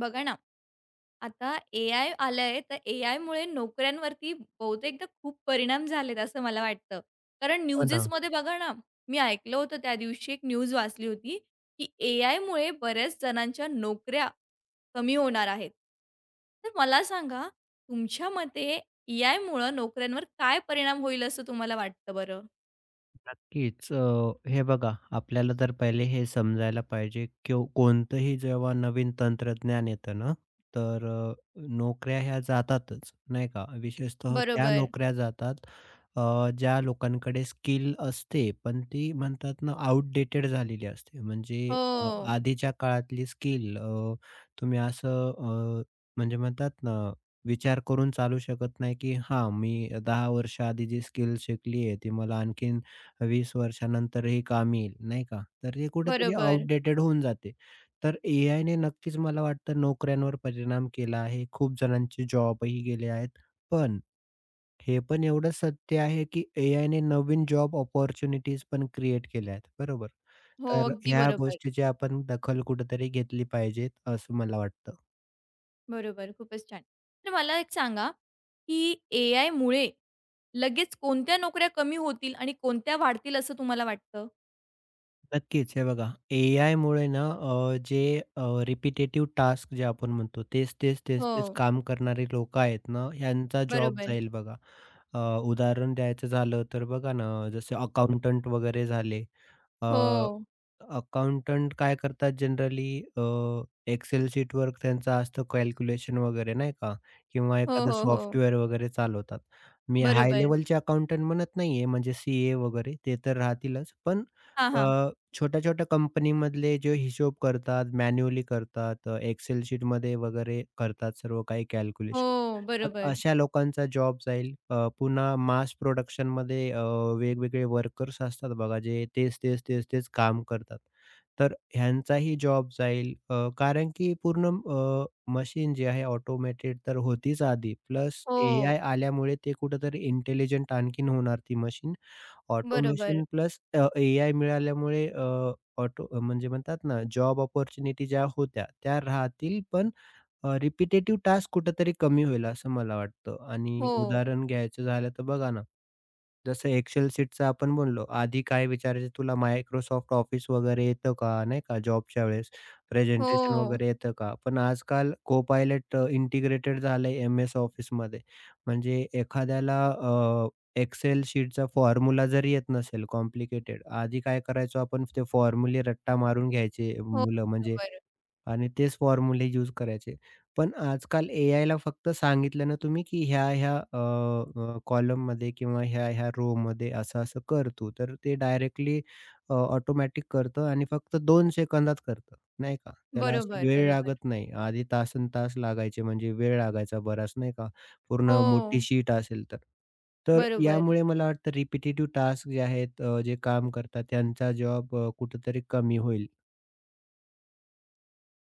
बघा ना, आता ए-आय आलंय, तर ए-आयमुळे नोकऱ्यांवरती बहुतेकदा खूप परिणाम झालेत असं मला वाटतं. कारण हो ना. न्यूजेसमध्ये बघा ना, मी ऐकलं होतं त्या दिवशी एक न्यूज वाचली होती, की ए-आयमुळे बऱ्याच जणांच्या नोकऱ्या कमी होणार आहेत. तर मला सांगा, तुमच्या मते ए-आयमुळं नोकऱ्यांवर काय परिणाम होईल असं तुम्हाला वाटतं बरं? नक्कीच. हे बघा आपल्याला तर पहिले हे समजायला पाहिजे किंवा कोणतंही जेव्हा नवीन तंत्रज्ञान येतं ना, तर नोकऱ्या ह्या जातातच नाही का? विशेषतः त्या बरोबर. नोकऱ्या जातात, ज्या लोकांकडे स्किल असते, पण ती म्हणतात ना आउटडेटेड झालेली असते. म्हणजे अ, हो. आधीच्या काळातली स्किल, तुम्ही असं म्हणजे म्हणतात ना विचार करून चालू शकत नाही, की हां, मी 10 वर्ष आधी जी स्किल शिकली आहे, ती मला आणखीन 20 वर्षानंतर हे कामी येईल, नाही का? तर हे कुठेतरी बरोबर. आउटडेटेड होऊन जाते. तर एआयने नक्कीच मला वाटतं नोकऱ्यांवर परिणाम केला आहे. खूप जणांचे जॉबही गेले आहेत. पण हे पण एवढं सत्य आहे, की एआयने नवीन जॉब अपॉर्च्युनिटीज पण क्रिएट केल्या आहेत, बरोबर? हो, तर अगदी ह्या बरोबर. गोष्टीची आपण दखल कुठेतरी घेतली पाहिजे, असं मला वाटतं. बरोबर, खूपच छान. तर मला एक सांगा, की एआयमुळे लगेच कोणत्या नोकऱ्या कमी होतील आणि कोणत्या वाढतील असं तुम्हाला वाटतं? नक्कीच. हे बघा, एआयमुळे ना अ, रिपिटेटिव्ह टास्क जे आपण म्हणतो, तेच, तेच, तेच, हो, तेच काम करणारे लोकं आहेत ना, ह्यांचा जॉब बरोबर. जाईल बघा. अ, उदाहरण द्यायचं झालं तर बघा ना, जसे अकाउंटंट वगैरे झाले. अ, हो, अकाउंटंट काय करतात जनरली एक्सेल Excel शीटवर त्यांचं असतं कॅल्क्युलेशन वगैरे नाही का? किंवा हो, एखादं हो, हो. सॉफ्टवेअर वगैरे चालवतात. मी हाय बरोबर. लेव्हलचे अकाउंटंट म्हणत नाहीये, म्हणजे सी-ए वगैरे ते तर राहतीलच. पण हां, अ, हां. छोट्या-छोट्या कंपनीमधले जे हिशोब करतात, मॅन्युअली करतात, शीटमध्ये वगैरे करतात सर्व काही कॅल्क्युलेशन. हो, तर बरोबर. अशा लोकांचा जॉब जाईल. पुन्हा मास प्रोडक्शनमध्ये वेगवेगळे वर्कर्स असतात बघा, जे तेच, तेच, तेच, तेच काम करतात. तर ह्यांचाही जॉब जाईल. कारण की पूर्ण मशीन जे आहे ऑटोमेटेड तर होतीच आधी. प्लस एआय हो, आल्यामुळे ते कुठेतरी इंटेलिजंट आणखीन होणार ती मशीन. बरोबर. ऑटोमेशन प्लस एआय मिळाल्यामुळे ऑटो म्हणजे म्हणतात ना, जॉब अपॉर्च्युनिटी ज्या होत्या त्या राहतील, पण रिपिटेटिव्ह टास्क कुठेतरी कमी होईल असं मला वाटतं. आणि हो, उदाहरण घ्यायचं झालं तर बघा ना, जसं एक्सेल शीटचं आपण बोललो, आधी काय विचारायचं तुला मायक्रोसॉफ्ट Office वगैरे येतं का? नाही का जॉबच्या वेळेस हो, प्रेझेंटेशन वगैरे येतं का? पण आजकाल Copilot इंटिग्रेटेड झालंय एम-एस ऑफिसमध्ये. म्हणजे एखाद्याला एक्सेल शीटचा फॉर्म्युला जरी येत नसेल कॉम्प्लिकेटेड, आधी काय करायचो आपण, ते फॉर्म्युले रट्टा मारून घ्यायचे हो, मुलं, म्हणजे बरोबर. आणि तेच फॉर्म्युले यूज करायचे. पण आजकाल एआयला फक्त सांगितलं ना तुम्ही, की ह्या-ह्या अ, अ, कॉलममध्ये किंवा ह्या-ह्या रोमध्ये असं-असं कर, तर ते डायरेक्टली ऑटोमॅटिक करतं आणि फक्त 2 सेकंदात करतं, नाही का. त्याला अशी बरोबर, वेळ बरोबर. लागत नाही. आधी तासंतास लागायचे, म्हणजे वेळ लागायचा बराच, नाही का, पूर्ण मोठी हो, शीट असेल तर. तर बरोबर. यामुळे मला वाटतं रिपिटेटिव्ह टास्क जे आहेत, जे काम करतात त्यांचा जॉब कुठेतरी कमी होईल.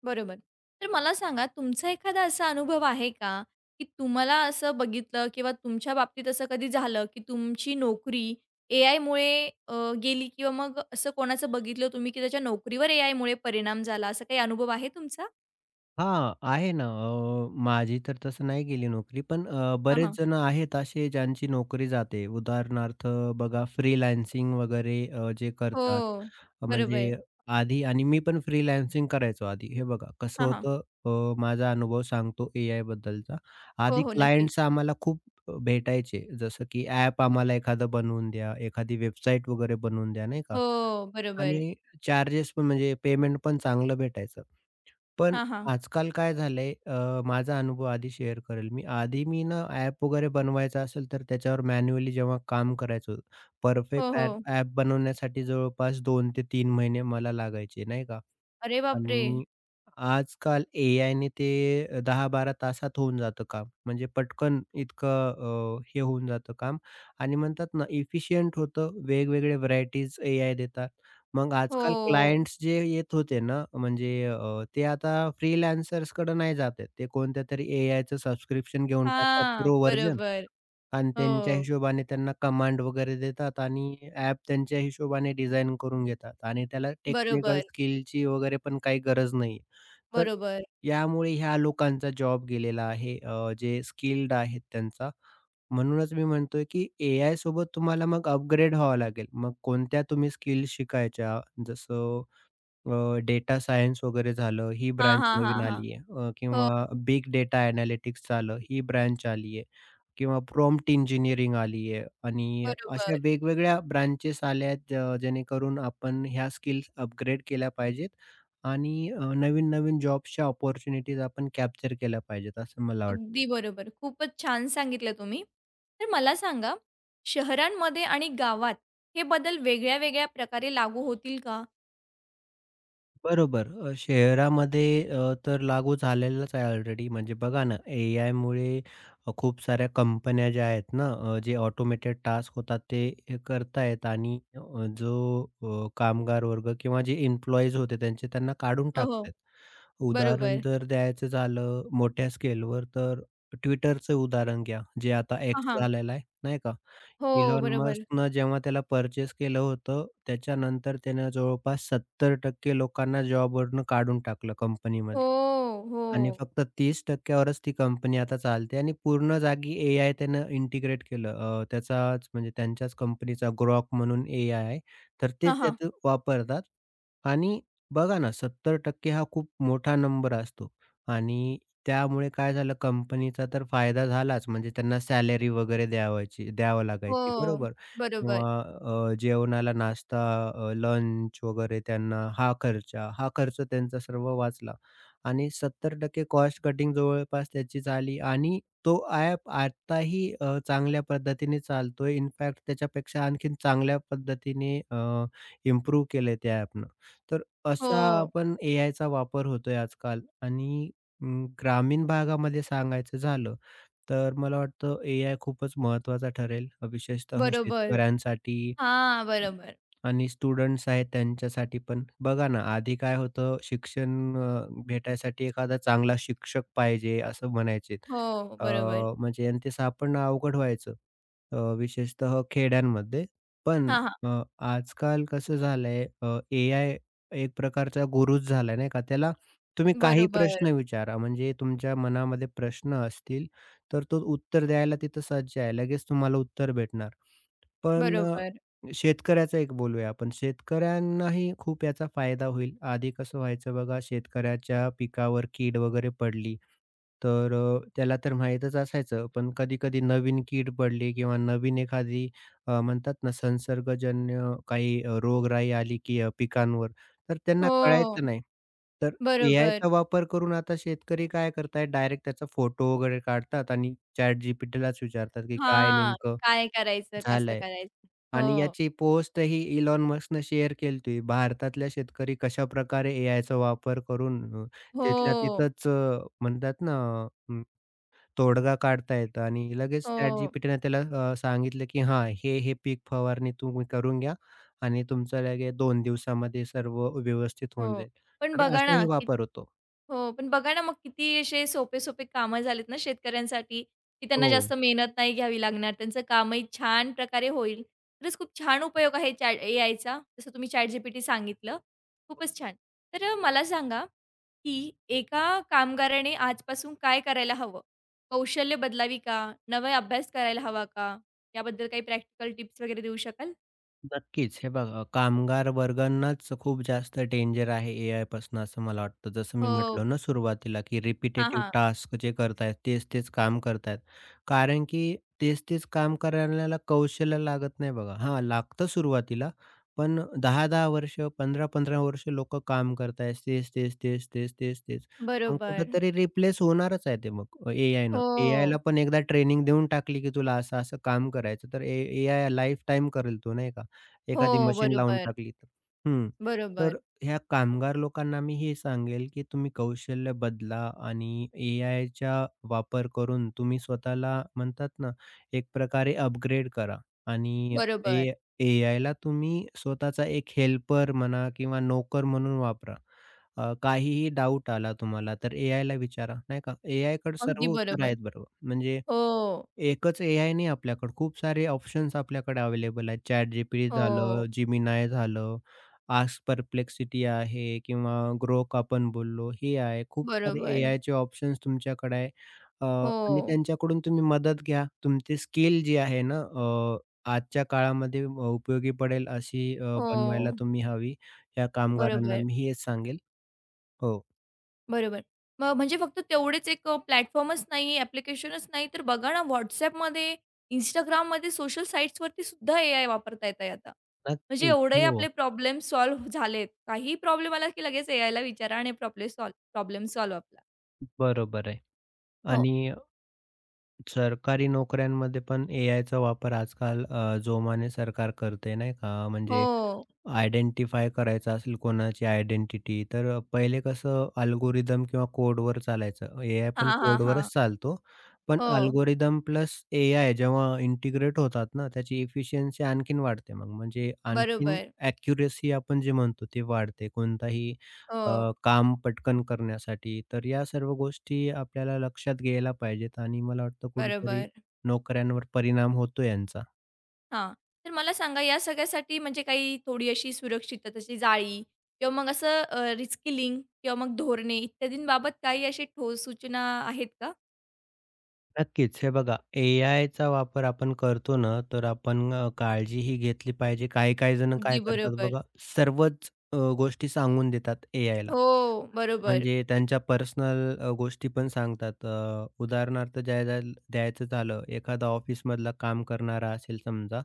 बरोबर. तर मला सांगा तुमचा एखादा असा अनुभव आहे का, की तुम्हाला असं बघितलं किंवा तुमच्या बाबतीत असं कधी झालं, की तुमची नोकरी एआयमुळे अ, गेली किंवा मग असं कोणाचं बघितलं तुम्ही, की त्याच्या नोकरीवर एआयमुळे परिणाम झाला, असा काही अनुभव आहे तुमचा? हां, आहे ना. माझी तर तसं नाही गेली नोकरी, पण हां, बरेच हां. जण आहेत असे ज्यांची नोकरी जाते. उदाहरणार्थ बघा, फ्रीलान्सिंग वगैरे जे करतात. हो. अ, म्हणजे बरोबर. आधी, आणि मी पण फ्रीलान्सिंग करायचो आधी. हे बघा कसं हां, हां. होतं, अ, माझा अनुभव सांगतो एआयबद्दलचा. हो, आधी हो. नक्कीच. क्लायंट्स आम्हाला खूप भेटायचे. जसं की ॲप आम्हाला एखादं बनवून द्या, एखादी वेबसाईट वगैरे बनवून द्या, नाही का? हो, बरोबर. आणि चार्जेस पण, म्हणजे पेमेंट पण चांगलं भेटायचं. पण हां, हां. आजकाल काय झालंय, माझा अनुभव आधी शेअर करेल मी. आधी मी ना ॲप वगैरे बनवायचा असेल, तर त्याच्यावर मॅन्युअली जेव्हा काम करायचो, हो, परफेक्ट ॲप हो. ॲप बनवण्यासाठी जवळपास 2 ते 3 महिने मला लागायचे, नाही का? अरे बापरे! आणि आजकाल ए आय ने ते 10 बारा तासात होऊन जातं काम. म्हणजे पटकन इतकं हे होऊन जातं काम आणि म्हणतात ना, इफिशियंट होतं. वेगवेगळे व्हरायटीज एआय देतात. मग आजकाल हो. क्लायंट्स जे येत होते ना, म्हणजे ते आता फ्रीलान्सर्सकडे नाही जात आहेत. ते कोणत्यातरी एआयचं सबस्क्रिप्शन घेऊन टाकतात हां, प्रो, बरोबर. आणि त्यांच्या हो. हिशोबाने त्यांना कमांड वगैरे देतात आणि ॲप त्यांच्या हिशोबाने डिझाइन करून घेतात आणि त्याला टेक्निकल बरोबर, स्किलची वगैरे पण काही गरज नाही. तर बरोबर. यामुळे ह्या लोकांचा जॉब गेलेला आहे, जे स्किल्ड आहेत त्यांचा. म्हणूनच मी म्हणतोय, की एआय सोबत तुम्हाला मग अपग्रेड व्हावं लागेल. मग कोणत्या तुम्ही स्किल शिकायच्या, जसं डेटा सायन्स वगैरे झालं, ही हां, ब्रांच हां, नवीन हां, हां. आली आहे, हो. किंवा बिग डेटा एनालिटिक्स झालं, ही ब्रांच आली आहे. किंवा प्रॉम्प्ट इंजिनिअरिंग आली आहे, आणि अशा बरोबर. वेगवेगळ्या ब्रांचेस आल्या आहेत, जेणेकरून आपण ह्या स्किल्स अपग्रेड केल्या पाहिजेत आणि नवीन-नवीन जॉब्सच्या अपॉर्च्युनिटीज आपण कॅप्चर केल्या पाहिजेत, असं मला वाटतंय. अगदी बरोबर. खूपच छान सांगितलं तुम्ही. तर मला सांगा, शहरांमध्ये आणि गावात हे बदल वेगळ्या-वेगळ्या प्रकारे लागू होतील का? बरोबर. शहरामध्ये तर लागू झालेलंच आहे ऑलरेडी. म्हणजे बघा ना, एआयमुळे खूप साऱ्या कंपन्या ज्या आहेत ना, जे ऑटोमेटेड टास्क होतात, ते हे करतायत आणि कामगार वर्ग किंवा जे एम्प्लॉईज होते, त्यांचे त्यांना काढून हो, हो. टाकतायत. उदाहरण बरोबर. जर द्यायचं झालं मोठ्या स्केलवर, तर Twitterचं उदाहरण घ्या, जे आता हां, X हां. झालेलं आहे, नाही का? हो, इलॉन बरोबर. मस्कनं जेव्हा त्याला पर्चेस केलं होतं, त्याच्यानंतर त्यानं जवळपास 70% लोकांना जॉबवरून काढून टाकलं हो, कंपनीमधलं. आणि हो. फक्त 30% वरच ती कंपनी आता चालते आणि पूर्ण जागी एआय त्यानं इंटिग्रेट केलं. त्याचाच म्हणजे त्यांच्याच कंपनीचा ग्रॉक म्हणून एआय आहे. तर ते हां, हां. त्यात वापरतात आणि बघा ना, 70% हा खूप मोठा नंबर असतो आणि त्यामुळे काय झालं, कंपनीचा तर फायदा झालाच, म्हणजे त्यांना सॅलरी वगैरे द्यावं हो, लागायची, बरोबर, बरोबर. किंवा जेवणाला नाश्ता, लंच वगैरे त्यांना हा खर्च, त्यांचा सर्व वाचला. आणि 70% कॉस्ट कटिंग जवळपास त्याची झाली आणि तो ॲप आत्ताही चांगल्या पद्धतीने चालतोय. इनफॅक्ट त्याच्यापेक्षा आणखीन चांगल्या पद्धतीने इम्प्रूव्ह केलंय त्या ॲपनं. तर असा हो, आपण एआयचा वापर होतोय आजकाल आणि ग्रामीण भागामध्ये सांगायचं झालं, तर मला वाटतं एआय खूपच महत्त्वाचा ठरेल, विशेषतः बरोबर. शेतकऱ्यांसाठी हां, बरोबर. आणि स्टुडंट्स आहेत त्यांच्यासाठी पण. बघा ना, आधी काय होतं, शिक्षण भेटायसाठी एखादा चांगला शिक्षक पाहिजे असं म्हणायचे. हो, अ, बरोबर. म्हणजे आणि ते सापडणं अवघड व्हायचं. विशेषतः खेड्यांमध्ये. पण हां, हां. अ, आजकाल कसं झालंय, एआय एक प्रकारचा गुरूच झालाय, नाही का. त्याला तुम्ही काही बरोबर, प्रश्न विचारा, म्हणजे तुमच्या मनामध्ये प्रश्न असतील, तर तो उत्तर द्यायला तिथं सज्ज आहे. लगेच तुम्हाला उत्तर भेटणार. पण बरोबर. शेतकऱ्याचं एक बोलूया आपण. शेतकऱ्यांनाही खूप याचा फायदा होईल. आधी कसं व्हायचं बघा, शेतकऱ्याच्या पिकावर कीड वगैरे पडली, तर त्याला तर माहीतच असायचं. पण कधी-कधी नवीन कीड पडली किंवा नवीन एखादी म्हणतात ना, संसर्गजन्य काही रोगराई आली की पिकांवर, तर त्यांना कळायचं हो, नाही. तर बरोबर. एआयचा वापर करून आता शेतकरी काय करतायत, डायरेक्ट त्याचा फोटो वगैरे काढतात आणि ChatGPTलाच विचारतात की काय हां. नेमकं काय करायचं, कसं झालंय? करायचं? आणि हो, याची पोस्टही इलॉन मस्कनं शेअर केली होती. भारतातल्या शेतकरी कशाप्रकारे एआयचा वापर करून तिथल्या हो, तिथंच अ, म्हणतात ना अ, तोडगा काढता येतो आणि लगेच हो. ChatGPTने त्याला सांगितलं, की "हां, हे, हे पीक फवारणी तुम्ही करून घ्या आणि तुमचं लगेच 2 दिवसामध्ये सर्व व्यवस्थित होऊन हो. जाईल." पण तर बघा असाही ना, किती वापर होतो. हो, पण बघा ना, मग किती असे सोपे-सोपे कामं झालेत ना शेतकऱ्यांसाठी, की त्यांना हो. जास्त मेहनत नाही घ्यावी लागणार. त्यांचं कामही छान प्रकारे होईल. खरंच खूप छान उपयोग आहे चॅट एआयचा. जसं तुम्ही ChatGPT सांगितलं. खूपच छान. तर मला सांगा, की एका कामगाराने आजपासून काय करायला हवं? कौशल्य बदलावी का? नवा अभ्यास करायला हवा का? याबद्दल काही प्रॅक्टिकल टिप्स वगैरे देऊ शकाल? नक्कीच. हे बघा, कामगार वर्गांनाच खूप जास्त डेंजर आहे एआयपासून असं मला वाटतं. जसं मी हो. म्हटलो ना सुरुवातीला, की हां, रिपिटेटिव्ह हां. टास्क जे करतायत, तेच-तेच काम करतायत. कारण की तेच-तेच काम करण्याला कौशल्य लागत नाही बघा. हां, लागतं सुरुवातीला, पण 10-10 वर्ष, 15-15 वर्ष लोकं काम करतायत. तेच, तेच, तेच, तेच, तेच, तेच. मग बरोबर. कुठेतरी रिप्लेस होणारच आहे ते मग एआयनं. एआयला हो. पण एकदा ट्रेनिंग देऊन टाकली, की तुला असं-असं काम करायचं, तर एआय लाईफटाईम करेल तो, नाही का? एखादी हो, मशीन लावून बरोबर. टाकली तर. हं. बरोबर, तर ह्या कामगार लोकांना मी हे सांगेल, की तुम्ही कौशल्य बदला आणि एआयचा वापर करून तुम्ही स्वतःला, म्हणतात ना, एक प्रकारे अपग्रेड करा आणि ए बरोबर. एआयला तुम्ही स्वतःचा एक हेल्पर म्हणा किंवा नोकर म्हणून वापरा. काहीही डाउट आला तुम्हाला, तर एआयला विचारा, नाही का? एआयकडे सर्व अगदी उत्तर बरोबर. आहेत, बरोबर. म्हणजे हो, एकच एआय नाही आपल्याकडे, खूप सारे ऑप्शन्स आपल्याकडे अवेलेबल आहेत. ChatGPT झालं, हो. Gemini झालं, Ask Perplexity आहे किंवा Grok आपण बोललो, हे आहे. खूप सारे बरोबर. एआयचे ऑप्शन्स तुमच्याकडे आहे. आणि हो, त्यांच्याकडून तुम्ही मदत घ्या. तुमची स्किल जी आहे ना, आजच्या काळामध्ये उपयोगी पडेल अशी बनवायला हो. तुम्ही हवी. या कामगारांना बरोबर, मी हेच सांगेल. हो, बरोबर. मग म्हणजे फक्त तेवढेच एक प्लॅटफॉर्मच नाही, ॲप्लिकेशनच नाही, तर बघा ना WhatsAppमध्ये, Instagramमध्ये, सोशल साइट्सवरती सुद्धा ए-आय वापरता येतंय आता. म्हणजे नक्कीच. एवढे हो, आपले प्रॉब्लेम सॉल्व्ह झालेत. काहीही प्रॉब्लेम आला की लगेच ए-आयला विचारा आणि प्रॉब्लेम सॉल्व्ह आपला. बरोबर आहे. हो, आणि सरकारी नोकऱ्यांमध्ये पण एआयचा वापर आजकाल जोमाने सरकार करते, नाही का? म्हणजे हो. आयडेंटिफाय करायचं असेल कोणाची आयडेंटिटी, तर पहिले कसं अल्गोरिदम किंवा कोडवर चालायचं. एआय पण हां, हां, हां. कोडवरच चालतो. पण हो, अल्गोरिदम प्लस एआय जेव्हा इंटिग्रेट होतात ना, त्याची एफिशियन्सी आणखीन वाढते मग. म्हणजे आणखीन बरोबर. ॲक्युरसी आपण जे म्हणतो ते वाढते. कोणताही हो, काम पटकन करण्यासाठी. तर या सर्व गोष्टी आपल्याला लक्षात घ्यायला पाहिजेत आणि मला वाटतं कुठेतरी बरोबर. नोकऱ्यांवर परिणाम होतो यांचा. हां. तर मला सांगा या सगळ्यासाठी म्हणजे काही थोडी अशी सुरक्षिततेची जाळी किंवा मग असं रिस्किलिंग किंवा मग धोरणे इत्यादींबाबत काही अशी ठोस सूचना आहेत का? नक्कीच. हे बघा, एआयचा वापर आपण करतो ना, तर आपण काळजीही घेतली पाहिजे. काही-काही जण काय अगदी करतात बरोबर. बघा, सर्वच गोष्टी सांगून देतात एआयला. हो, बरोबर. म्हणजे त्यांच्या पर्सनल गोष्टी पण सांगतात. उदाहरणार्थ द्याय द्याय द्यायचं झालं, एखादा ऑफिसमधला काम करणारा असेल समजा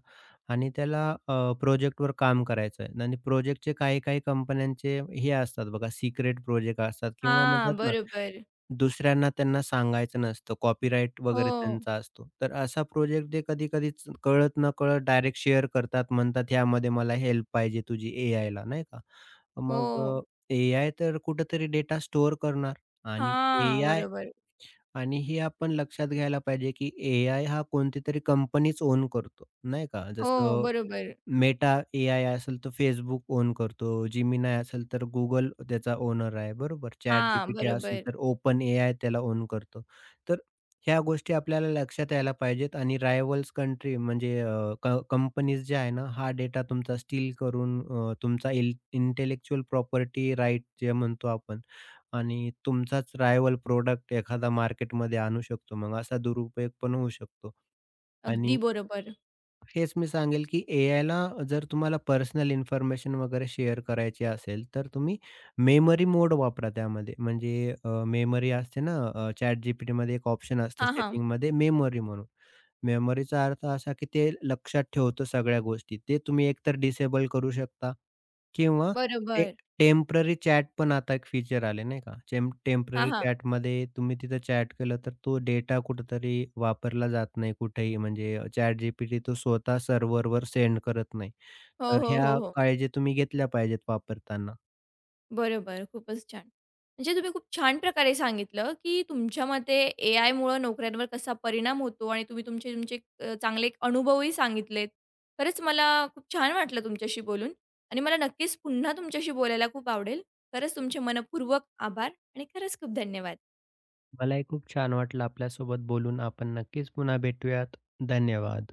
आणि त्याला प्रोजेक्टवर काम करायचं आहे, आणि प्रोजेक्टचे काही-काही कंपन्यांचे हे असतात बघा, सिक्रेट प्रोजेक्ट असतात किंवा म्हणतात हां, ना, बरोबर. दुसऱ्यांना त्यांना सांगायचं नसतं. कॉपीराइट वगैरे हो, त्यांचा असतो. तर असा प्रोजेक्ट ते कधी-कधी कळत नकळत डायरेक्ट शेअर करतात. म्हणतात, "ह्यामध्ये मला हेल्प पाहिजे तुझी एआयला," नाही का. मग हो. ए आय तर कुठेतरी डेटा स्टोअर करणार आणि हां, एआय बरोबर. आणि हे आपण लक्षात घ्यायला पाहिजे, की एआय हा कोणतीतरी कंपनीच ओन करतो, नाही का. हो, जसं बरोबर. मेटा Meta एआय असेल तर Facebook ओन करतो. Gemini असेल तर Google त्याचा ओनर आहे, बरोबर. हां, ChatGPT असेल बरोबर. तर ओपन OpenAI त्याला ओन करतो. तर ह्या गोष्टी आपल्याला लक्षात यायला पाहिजेत आणि रायव्हल्स कंट्री म्हणजे कंपनीज ज्या आहे ना, हा डेटा तुमचा स्टील करून तुमचा प्रॉपर्टी राइट जे म्हणतो आपण, आणि तुमचाच रायव्हल प्रॉडक्ट एखादा मार्केटमध्ये आणू शकतो. मग असा दुरुपयोग पण होऊ शकतो अगदी आणि बरोबर. हेच मी सांगेल, की एआयला जर तुम्हाला पर्सनल इन्फॉर्मेशन वगैरे शेअर करायची असेल, तर तुम्ही मेमरी मोड वापरा त्यामध्ये. म्हणजे मेमरी असते ना ChatGPTमध्ये, एक ऑप्शन असतं हां, हां. सेटिंगमध्ये मेमरी म्हणून. मेमरीचा अर्थ असा, की ते लक्षात ठेवतं सगळ्या गोष्टी. ते तुम्ही एकतर डिसेबल करू शकता किंवा ते बरोबर. टेम्पररी चॅट पण आता एक फीचर आले, नाही का? हां, टेम्पररी हां. चॅटमध्ये तुम्ही तिथं चॅट केलं, तर तो डेटा कुठेतरी वापरला जात नाही कुठेही, म्हणजे ChatGPT तो स्वतः सर्व्हरवर सेंड करत नाही. हो, तर हो, ह्या हो, हो. काळजी तुम्ही घेतल्या पाहिजेत वापरताना. बरोबर, खूपच छान. म्हणजे तुम्ही खूप छान प्रकारे सांगितलं, की तुमच्या मते एआयमुळे नोकऱ्यांवर कसा परिणाम होतो आणि तुम्ही तुमचे तुमचे चांगले एक अनुभवही सांगितलेत. खरंच मला खूप छान वाटलं तुमच्याशी बोलून आणि मला नक्कीच पुन्हा तुमच्याशी बोलायला खूप आवडेल. खरंच तुमचे मनःपूर्वक आभार आणि खरंच खूप धन्यवाद. मलाही खूप छान वाटलं आपल्यासोबत बोलून. आपण नक्कीच पुन्हा भेटूयात. धन्यवाद.